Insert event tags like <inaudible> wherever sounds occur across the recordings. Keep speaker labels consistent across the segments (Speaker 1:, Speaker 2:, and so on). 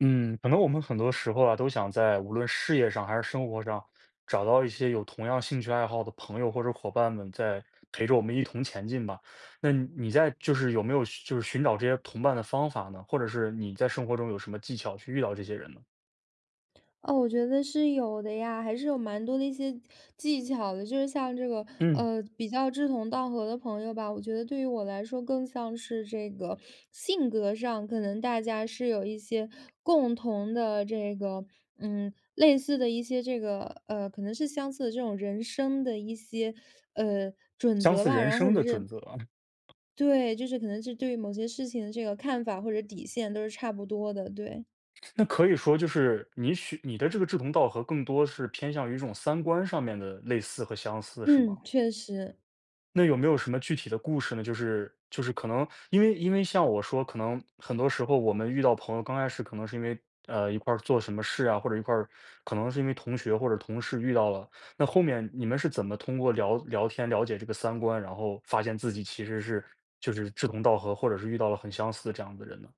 Speaker 1: 嗯，可能我们很多时候啊，都想在无论事业上还是生活上，找到一些有同样兴趣爱好的朋友或者伙伴们，在陪着我们一同前进吧。那你在就是有没有寻就是寻找这些同伴的方法呢？或者是你在生活中有什么技巧去遇到这些人呢？
Speaker 2: 哦，我觉得是有的呀，还是有蛮多的一些技巧的。就是像这个，
Speaker 1: 嗯，
Speaker 2: 比较志同道合的朋友吧，我觉得对于我来说，更像是这个性格上，可能大家是有一些共同的这个，嗯，类似的一些这个，可能是相似的这种人生的一些，准
Speaker 1: 相
Speaker 2: 则
Speaker 1: 似
Speaker 2: 吧，
Speaker 1: 人
Speaker 2: 然后或
Speaker 1: 生
Speaker 2: 者
Speaker 1: 的准
Speaker 2: 是
Speaker 1: 则啊。
Speaker 2: 对，就是可能是对于某些事情的这个看法或者底线都是差不多的，对，
Speaker 1: <laughs> 那可以说就是你的这个志同道合，更多是偏向于这种三观上面的类似和相似，是吗？
Speaker 2: 嗯，确实。
Speaker 1: 那有没有什么具体的故事呢？就是可能因为像我说，可能很多时候我们遇到朋友，刚开始可能是因为一块儿做什么事啊，或者一块儿可能是因为同学或者同事遇到了。那后面你们是怎么通过聊聊天了解这个三观，然后发现自己其实是就是志同道合，或者是遇到了很相似这样的人呢？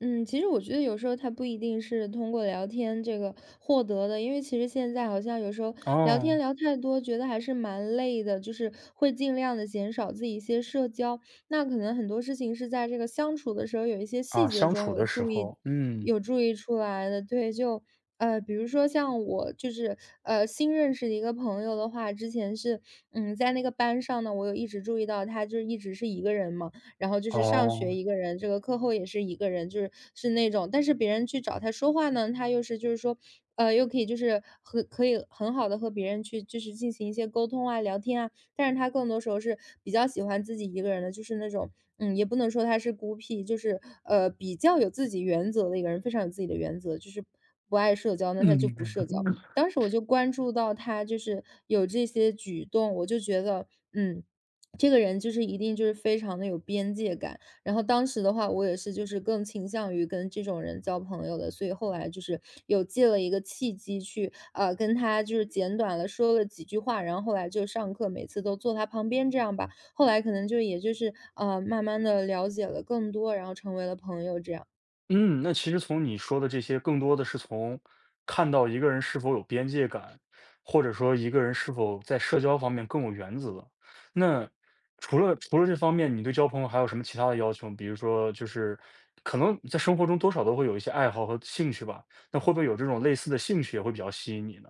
Speaker 2: 嗯，其实我觉得有时候他不一定是通过聊天这个获得的，因为其实现在好像有时候聊天
Speaker 1: 哦。
Speaker 2: 聊太多，觉得还是蛮累的，就是会尽量的减少自己一些社交。那可能很多事情是在这个相处的时候有一些
Speaker 1: 啊，
Speaker 2: 细节
Speaker 1: 相
Speaker 2: 中
Speaker 1: 处
Speaker 2: 有
Speaker 1: 的时
Speaker 2: 注意，
Speaker 1: 候，嗯。
Speaker 2: 出来的。对，就比如说像我就是新认识的一个朋友的话，之前是嗯在那个班上呢，我有一直注意到他就是一直是一个人嘛。然后就是上学
Speaker 1: 哦。
Speaker 2: 一个人，这个课后也是一个人，就是是那种，但是别人去找他说话呢，他又是就是说，又可以就是和可以很好的和别人去就是进行一些沟通啊、聊天啊，但是他更多时候是比较喜欢自己一个人的，就是那种，嗯，也不能说他是孤僻，就是比较有自己原则的一个人，非常有自己的原则，就是不爱社交，那他就
Speaker 1: 嗯。
Speaker 2: 不社交。
Speaker 1: <laughs>
Speaker 2: 当时我就关注到他就是有这些举动，我就觉得，嗯。这个人就是一定就是非常的有边界感，然后当时的话，我也是就是更倾向于跟这种人交朋友的，所以后来就是有借了一个契机去跟他就是简短的说了几句话，然后后来就上课每次都坐他旁边这样吧，后来可能就也就是慢慢的了解了更多，然后成为了朋友这样。
Speaker 1: 嗯，那其实从你说的这些，更多的是从看到一个人是否有边界感，或者说一个人是否在社交方面更有原则。那除了这方面，你对交朋友还有什么其他的要求？比如说，就是可能在生活中多少都会有一些爱好和兴趣吧。那会不会有这种类似的兴趣也会比较吸引你呢？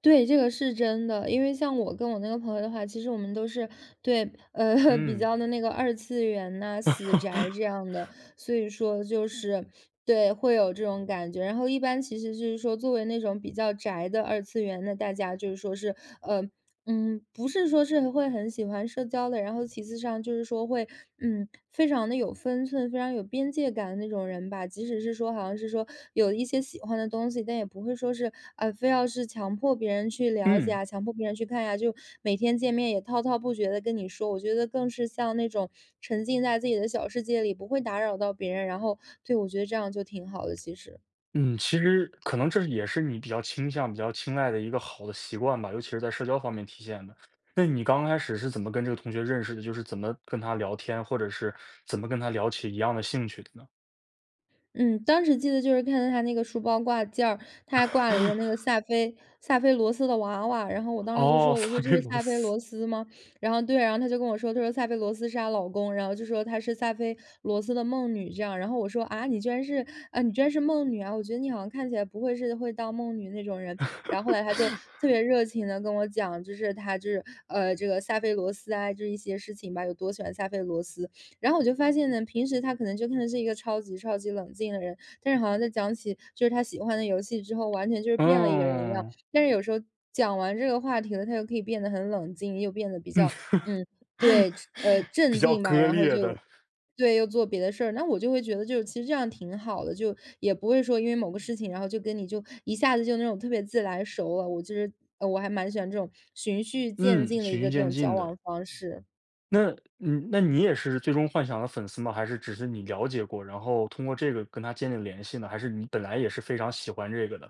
Speaker 2: 对，这个是真的。因为像我跟我那个朋友的话，其实我们都是对，<laughs>，比
Speaker 1: 嗯
Speaker 2: 较的那个二次元呐、死宅这样的，所以说就是对，会有这种感觉。然后一般其实就是说，作为那种比较宅的二次元，那大家就是说是，呃，嗯，不是说是会很喜欢社交的，然后其次上就是说会，嗯，非常的有分寸，非常有边界感的那种人吧。即使是说好像是说有一些喜欢的东西，但也不会说是啊、非要是强迫别人去了解
Speaker 1: 嗯。
Speaker 2: 啊，强迫别人去看呀、就每天见面也滔滔不绝的跟你说。我觉得更是像那种沉浸在自己的小世界里，不会打扰到别人。然后，对我觉得这样就挺好的，其实。
Speaker 1: 嗯，其实可能这是也是你比较倾向、比较青睐的一个好的习惯吧，尤其是在社交方面体现的。那你刚开始是怎么跟这个同学认识的？就是怎么跟他聊天，或者是怎么跟他聊起一样的兴趣的呢？
Speaker 2: 嗯，当时记得就是看到他那个书包挂件儿，他还挂了一个那个萨菲罗斯的娃娃，然后我当时就
Speaker 1: 哦，
Speaker 2: 说：“我说
Speaker 1: 萨
Speaker 2: 这
Speaker 1: 贝
Speaker 2: 是
Speaker 1: 罗
Speaker 2: 萨菲
Speaker 1: 斯。
Speaker 2: 罗斯吗？”然后对，然后他就跟我说，他说：“萨菲罗斯是她老公，然后就说他是萨菲罗斯的梦女这样。”然后我说：“啊，你居然是梦女啊！我觉得你好像看起来不会是会当梦女那种人。”然后后来他就特别热情的跟我讲，就是他就是这个萨菲罗斯啊，就是一些事情吧，有多喜欢萨菲罗斯，然后我就发现呢，平时他可能就看的是一个超级超级冷静的人，但是好像在讲起就是他喜欢的游戏之后，完全就是变了一个人一样。
Speaker 1: 嗯。
Speaker 2: 但是有时候讲完这个话题了，他又可以变得很冷静，又变得比较嗯，对，
Speaker 1: <laughs> 比
Speaker 2: 镇
Speaker 1: 较
Speaker 2: 定吧，
Speaker 1: 割
Speaker 2: 然后
Speaker 1: 裂的。
Speaker 2: 就对，又做别的事儿。那我就会觉得，就是其实这样挺好的，就也不会说因为某个事情，然后就跟你就一下子就那种特别自来熟了。我就是，我还蛮喜欢这种循序渐
Speaker 1: 嗯，
Speaker 2: 进的一
Speaker 1: 循序
Speaker 2: 个这
Speaker 1: 渐
Speaker 2: 种
Speaker 1: 进
Speaker 2: 交
Speaker 1: 的。
Speaker 2: 往方式。
Speaker 1: 那那你也是最终幻想的粉丝吗？还是只是你了解过，然后通过这个跟他建立联系呢？还是你本来也是非常喜欢这个的？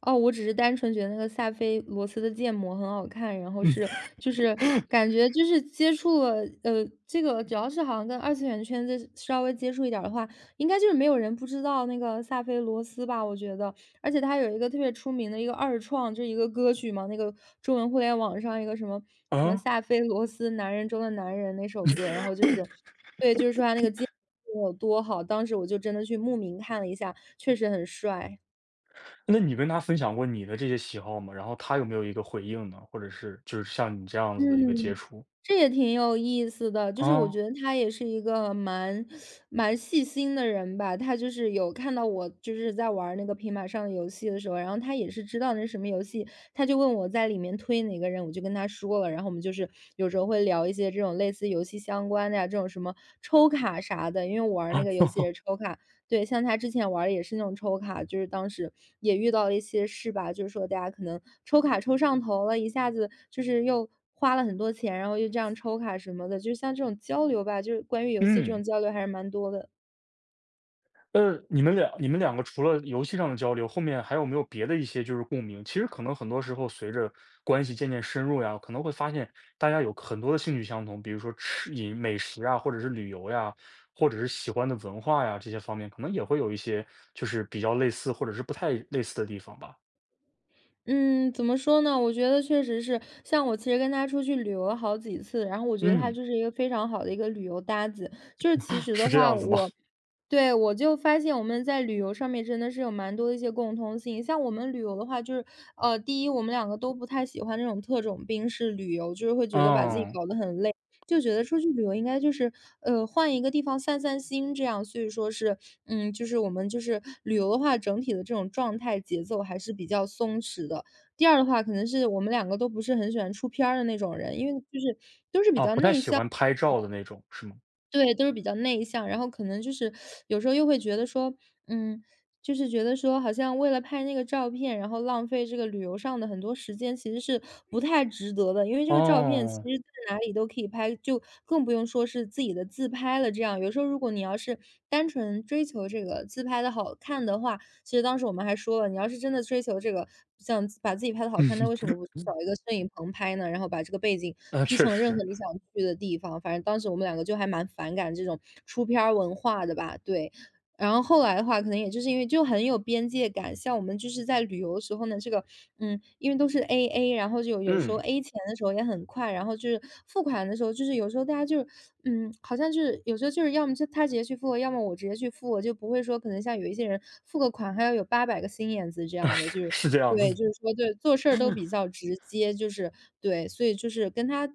Speaker 2: 哦，我只是单纯觉得那个萨菲罗斯的建模很好看，然后是就是感觉就是接触了，这个主要是好像跟二次元圈子稍微接触一点儿的话，应该就是没有人不知道那个萨菲罗斯吧，我觉得。而且他有一个特别出名的一个二创，就是一个歌曲嘛，那个中文互联网上一个什么什么萨菲罗斯《男人中的男人》那首歌，然后就是对，就是说他那个建模有多好，当时我就真的去慕名看了一下，确实很帅。
Speaker 1: 那你跟他分享过你的这些喜好吗？然后他有没有一个回应呢？或者是就是像你这样子的一个接
Speaker 2: 嗯，
Speaker 1: 触？
Speaker 2: 这也挺有意思的，就是我
Speaker 1: 啊。
Speaker 2: 觉得他也是一个蛮细心的人吧。他就是有看到我就是在玩儿那个平板上的游戏的时候，然后他也是知道那是什么游戏，他就问我在里面推哪个人，我就跟他说了。然后我们就是有时候会聊一些这种类似游戏相关的呀，这种什么抽卡啥的，因为我玩儿那
Speaker 1: 啊。
Speaker 2: 个游戏也是
Speaker 1: <laughs>，
Speaker 2: 抽卡，对，像他之前玩儿也是那种抽卡，就是当时也遇到了一些事吧，就是说大家可能抽卡抽上头了，一下子就是又花了很多钱，然后又这样抽卡什么的，就像这种交流吧，就是关于游戏这种
Speaker 1: 嗯。
Speaker 2: 交流还是蛮多的。
Speaker 1: 你们两个除了游戏上的交流，后面还有没有别的一些就是共鸣？其实可能很多时候随着关系渐渐深入呀，可能会发现大家有很多的兴趣相同，比如说吃饮美食啊，或者是旅游呀，或者是喜欢的文化呀这些方面，可能也会有一些就是比较类似或者是不太类似的地方吧。
Speaker 2: 嗯，怎么说呢？我觉得确实是，像我其实跟他出去旅游了好几次，然后我觉得他
Speaker 1: 嗯。
Speaker 2: 就是一个非常好的一个旅游搭子。就是其
Speaker 1: <laughs>
Speaker 2: 实
Speaker 1: 是
Speaker 2: 的
Speaker 1: 这
Speaker 2: 话，
Speaker 1: 样子吗？
Speaker 2: 我对，我就发现我们在旅游上面真的是有蛮多的一些共通性。像我们旅游的话，就是第一，我们两个都不太喜欢那种特种兵式旅游，就是会
Speaker 1: <laughs>
Speaker 2: 觉得把自己
Speaker 1: 嗯。
Speaker 2: 搞得很累。就觉得出去旅游应该就是，换一个地方散散心这样。所以说是，嗯，就是我们就是旅游的话，整体的这种状态节奏还是比较松弛的。第二的话，可能是我们两个都不是很喜欢出片儿的那种人，因为就是都是比
Speaker 1: 啊，
Speaker 2: 较
Speaker 1: 不太
Speaker 2: 内
Speaker 1: 喜
Speaker 2: 向。
Speaker 1: 欢拍照的那种，是吗？
Speaker 2: 对，都是比较内向，然后可能就是有时候又会觉得说，嗯，就是觉得说好像为了拍那个照片，然后浪费这个旅游上的很多时间，其实是不太值得的。因为这个照片其
Speaker 1: 哦。
Speaker 2: 实在哪里都可以拍，就更不用说是自己的自拍了。这样有时候如果你要是单纯追求这个自拍的好看的话，其实当时我们还说了，你要是真的追求这个，想把自己拍的好
Speaker 1: 嗯
Speaker 2: 看，那为什
Speaker 1: 哼。
Speaker 2: 么不去找一个摄影棚拍呢？然后把这个背景
Speaker 1: 那
Speaker 2: P
Speaker 1: 确
Speaker 2: 成任
Speaker 1: 实。
Speaker 2: 何你想去的地方。反正当时我们两个就还蛮反感这种出片儿文化的吧，对。然后后来的话，可能也就是因为就很有边界感，像我们就是在旅游的时候呢，这个，嗯，因为都是 AA，然后就有时候
Speaker 1: 嗯。
Speaker 2: A 钱的时候也很快，然后就是付款的时候，就是有时候大家就是，嗯，好像就是有时候就是要么就他直接去付要么我直接去付我就不会说可能像有一些人付个款还要有八百个心眼子这样的，就
Speaker 1: <laughs>
Speaker 2: 是
Speaker 1: 是这样子
Speaker 2: 对，
Speaker 1: 的。
Speaker 2: 就是说对，做事儿都比较直接，就是对，所以就是跟他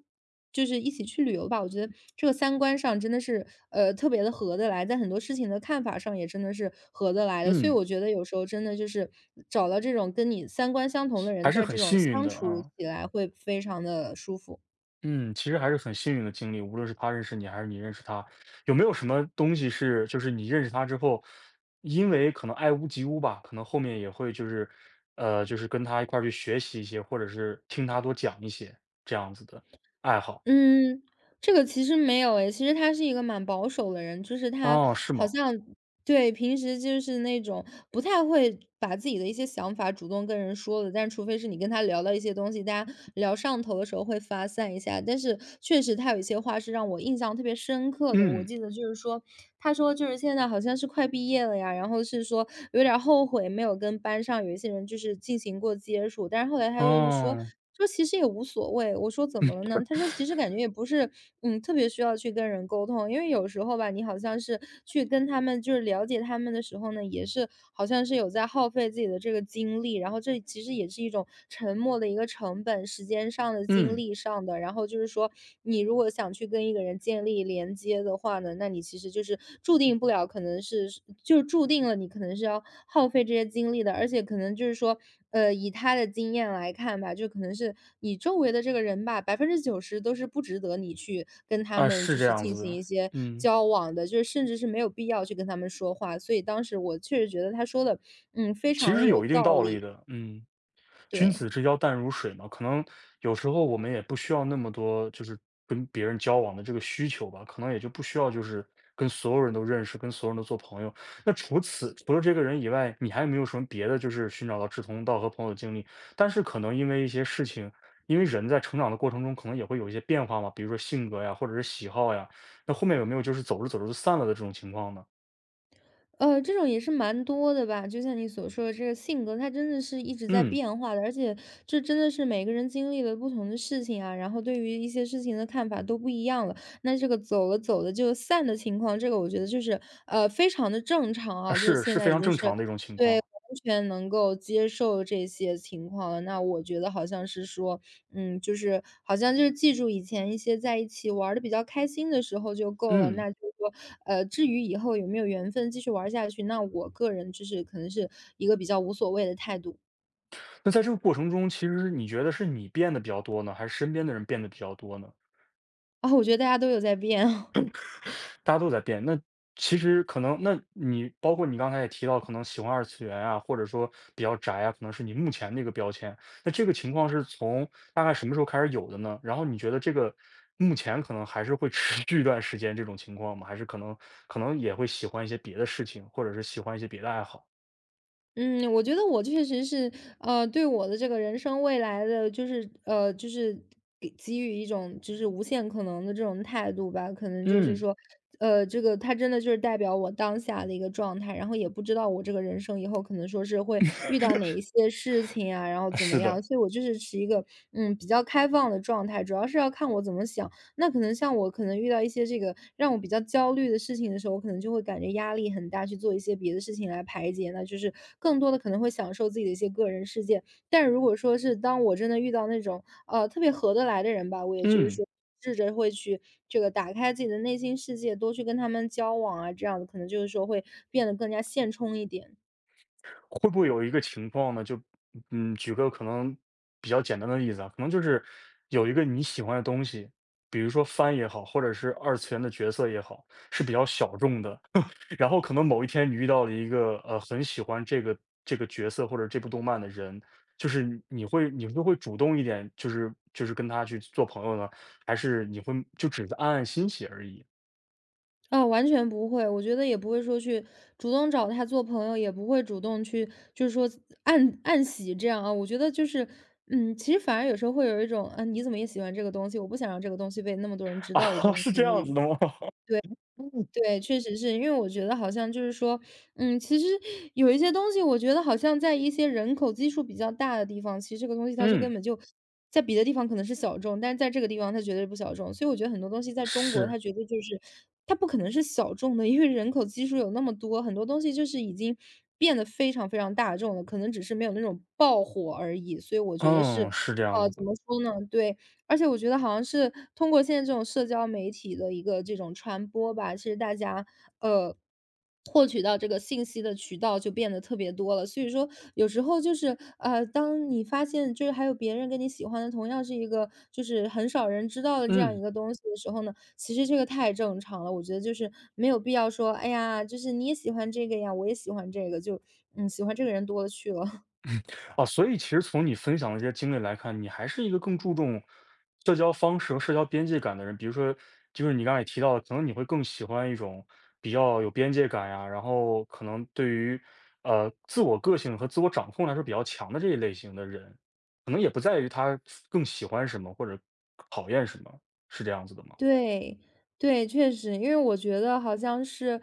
Speaker 2: 就是一起去旅游吧，我觉得这个三观上真的是，特别的合得来，在很多事情的看法上也真的是合得来的。所以
Speaker 1: 嗯。
Speaker 2: 我觉得有时候真的就是找到这种跟你三观相同的
Speaker 1: 还
Speaker 2: 人，
Speaker 1: 是
Speaker 2: 在
Speaker 1: 很
Speaker 2: 这种
Speaker 1: 幸运
Speaker 2: 相
Speaker 1: 的
Speaker 2: 处
Speaker 1: 啊。
Speaker 2: 起来会非常的舒服。
Speaker 1: 嗯，其实还是很幸运的经历，无论是他认识你，还是你认识他。有没有什么东西是就是你认识他之后，因为可能爱屋及乌吧，可能后面也会就是跟他一块儿去学习一些，或者是听他多讲一些这样子的爱好。
Speaker 2: 嗯，这个其实没有诶，其实他是一个蛮保守的人，就是他
Speaker 1: 哦，是
Speaker 2: 好
Speaker 1: 吗？
Speaker 2: 像对，平时就是那种不太会把自己的一些想法主动跟人说的，但除非是你跟他聊到一些东西，大家聊上头的时候会发散一下。但是确实他有一些话是让我印象特别深刻的，我
Speaker 1: 嗯。
Speaker 2: 记得就是说，他说就是现在好像是快毕业了呀，然后是说有点儿后悔没有跟班上有一些人就是进行过接触，但是后来他又是说
Speaker 1: 哦。
Speaker 2: 说其实也无所谓，我说怎么了呢？他说其实感觉也不是，嗯，特别需要去跟人沟通，因为有时候吧，你好像是去跟他们就是了解他们的时候呢，也是好像是有在耗费自己的这个精力，然后这其实也是一种沉默的一个成本，时间上的、精
Speaker 1: 嗯。
Speaker 2: 力上的。然后就是说，你如果想去跟一个人建立连接的话呢，那你其实就是注定不了，可能是就是注定了你可能是要耗费这些精力的，而且可能就是说，以他的经验来看吧，就可能是你周围的这个人吧90%都是不值得你去跟他
Speaker 1: 啊，
Speaker 2: 们
Speaker 1: 是
Speaker 2: 就
Speaker 1: 这
Speaker 2: 是
Speaker 1: 样
Speaker 2: 进
Speaker 1: 子
Speaker 2: 行
Speaker 1: 的。
Speaker 2: 一些
Speaker 1: 嗯。
Speaker 2: 交往的，就是甚至是没有必要去跟他们说话。所以当时我确实觉得他说的，嗯，非
Speaker 1: 其
Speaker 2: 常
Speaker 1: 实
Speaker 2: 的
Speaker 1: 是
Speaker 2: 有
Speaker 1: 有一定
Speaker 2: 道
Speaker 1: 道理
Speaker 2: 理，
Speaker 1: 的。嗯，君
Speaker 2: 对。
Speaker 1: 子之交淡如水嘛，可能有时候我们也不需要那么多，就是跟别人交往的这个需求吧，可能也就不需要就是跟所有人都认识，跟所有人都做朋友。那除了这个人以外，你还有没有什么别的，就是寻找到志同道合朋友的经历？但是可能因为一些事情，因为人在成长的过程中，可能也会有一些变化嘛，比如说性格呀，或者是喜好呀。那后面有没有就是走着走着就散了的这种情况呢？
Speaker 2: 这种也是蛮多的吧，就像你所说的这个性格，它真的是一直在
Speaker 1: 嗯。
Speaker 2: 变化的，而且这真的是每个人经历了不同的事情啊，然后对于一些事情的看法都不一样了。那这个走了走的就散的情况，这个我觉得就是非常的正常
Speaker 1: 啊，
Speaker 2: 啊，就是
Speaker 1: 是，
Speaker 2: 现
Speaker 1: 是非
Speaker 2: 在已
Speaker 1: 常
Speaker 2: 经
Speaker 1: 正
Speaker 2: 是
Speaker 1: 常的一种情
Speaker 2: 对
Speaker 1: 况。
Speaker 2: 完全能够接受这些情况了。那我觉得好像是说，嗯，就是好像就是记住以前一些在一起玩的比较开心的时候就够了。
Speaker 1: 嗯。
Speaker 2: 那就是说，至于以后有没有缘分继续玩儿下去，那我个人就是可能是一个比较无所谓的态度
Speaker 1: 那在这个过程中，其实你觉得是你变得比较多呢，还是身边的人变得比较多呢？
Speaker 2: <laughs> 啊。我觉得大家都有在变哦。<laughs>
Speaker 1: 大家都在变。那其实可能，那你包括你刚才也提到，可能喜欢二次元啊，或者说比较宅啊，可能是你目前的一个标签。那这个情况是从大概什么时候开始有的呢？然后你觉得这个目前可能还是会持续一段时间这种情况吗？还是可能也会喜欢一些别的事情，或者是喜欢一些别的爱好？
Speaker 2: 嗯，我觉得我确实是，对我的这个人生未来的，就是给予一种就是无限可能的这种态度吧。可能就是
Speaker 1: 嗯，
Speaker 2: 说，这个它真的就是代表我当下的一个状态，然后也不知道我这个人生以后可能说是会遇到哪一些事情啊，然后怎么
Speaker 1: 是的。
Speaker 2: 样，所以我就是持一个嗯比较开放的状态，主要是要看我怎么想。那可能像我可能遇到一些这个让我比较焦虑的事情的时候，我可能就会感觉压力很大，去做一些别的事情来排解。那就是更多的可能会享受自己的一些个人世界。但如果说是当我真的遇到那种特别合得来的人吧，我也就是
Speaker 1: 嗯。
Speaker 2: 说。试着会去这个打开自己的内心世界，多去跟他们交往啊，这样子可能就是说会变得更加现充一点。
Speaker 1: 会不会有一个情况呢？举个可能比较简单的例子啊，可能就是有一个你喜欢的东西，比如说番也好，或者是二次元的角色也好，是比较小众的。然后可能某一天你遇到了一个很喜欢这个角色或者这部动漫的人，就是你会主动一点，就是跟他去做朋友呢，还是你会就只是暗暗欣喜而已。
Speaker 2: 啊，完全不会，我觉得也不会说去主动找他做朋友，也不会主动去就是说暗暗喜这样啊。我觉得就是，嗯，其实反而有时候会有一种，嗯，你怎么也喜欢这个东西，我不想让这个东西被那么多人
Speaker 1: <laughs>
Speaker 2: 知道的这
Speaker 1: 啊？
Speaker 2: 种
Speaker 1: 是这
Speaker 2: 心
Speaker 1: 样子
Speaker 2: 理。
Speaker 1: 的吗？
Speaker 2: 对。
Speaker 1: <laughs>
Speaker 2: 对，确实是。因为我觉得好像就是说，嗯，其实有一些东西，我觉得好像在一些人口基数比较大的地方，其实这个东西它就
Speaker 1: 嗯，
Speaker 2: 根本就在别的地方可能是小众，但是在这个地方它绝对不小众。所以我觉得很多东西在中国，
Speaker 1: 是。
Speaker 2: 它绝对就是它不可能是小众的，因为人口基数有那么多，很多东西就是已经变得非常大众了，可能只是没有那种爆火而已。所以我觉得是，
Speaker 1: 嗯，是这样子
Speaker 2: 怎
Speaker 1: 的。
Speaker 2: 么说呢？对，而且我觉得好像是通过现在这种社交媒体的一个这种传播吧，其实大家，呃，获取到这个信息的渠道就变得特别多了。所以说有时候就是，当你发现就是还有别人跟你喜欢的同样是一个就是很少人知道的这样一
Speaker 1: 嗯。
Speaker 2: 个东西的时候呢，其实这个太正常了。我觉得就是没有必要说，哎呀，就是你也喜欢这个呀，我也喜欢这个，就嗯，喜欢这个人多了去了。
Speaker 1: 啊，所以其实从你分享的这些经历来看，你还是一个更注重社交方式和社交边界感的人。比如说，就是你刚才也提到的，可能你会更喜欢一种比较有边界感呀，然后可能对于自我个性和自我掌控来说比较强的这一类型的人，可能也不在于他更喜欢什么或者讨厌什么，是这样子的吗？
Speaker 2: 对，对，确实，因为我觉得好像是，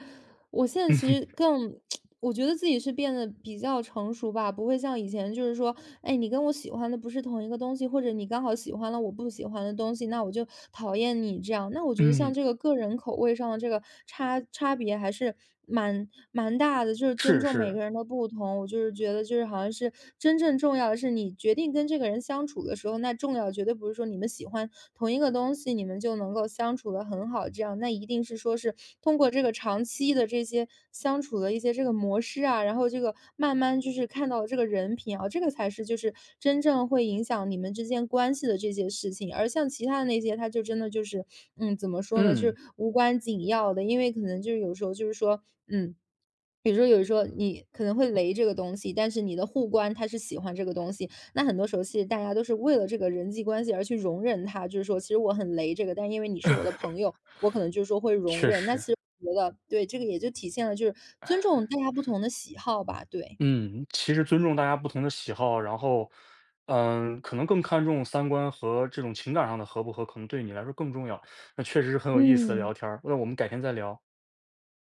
Speaker 2: 我现
Speaker 1: <laughs>
Speaker 2: 在其
Speaker 1: 嗯
Speaker 2: 实更，<smacks lips> 我觉得自己是变得比较成熟吧，不会像以前就是说，哎，你跟我喜欢的不是同一个东西，或者你刚好喜欢了我不喜欢的东西，那我就讨厌你这样。那我觉得
Speaker 1: 嗯，
Speaker 2: 像这个个人口味上的这个差别还是蛮大的，就是尊
Speaker 1: 是
Speaker 2: 重每
Speaker 1: 是。
Speaker 2: 个人的不同。我就是觉得，就是好像是真正重要的是，你决定跟这个人相处的时候，那重要绝对不是说你们喜欢同一个东西，你们就能够相处的很好，这样那一定是说是通过这个长期的这些相处的一些这个模式啊，然后这个慢慢就是看到这个人品啊，这个才是就是真正会影响你们之间关系的这些事情。而像其他的那些，他就真的就是，嗯，怎么说呢，就是
Speaker 1: 嗯，
Speaker 2: 无关紧要的，因为可能就是有时候就是说，嗯。比如说有时候你可能会雷这个东西，但是你的互关他是喜欢这个东西，那很多时候其实大家都是为了这个人际关系而去容忍他，就是说其实我很雷这个，但是因为你是我的朋友，我可能就是说会容
Speaker 1: 确
Speaker 2: 忍。那
Speaker 1: 实。
Speaker 2: 其实我觉得对，这个也就体现了就是尊重大家不同的喜好吧，对。
Speaker 1: 嗯，其实尊重大家不同的喜好，然后，可能更看重三观和这种情感上的合不合，可能对你来说更重要。那确实是很有意思的
Speaker 2: 嗯。
Speaker 1: 聊天儿。那我们改天再聊。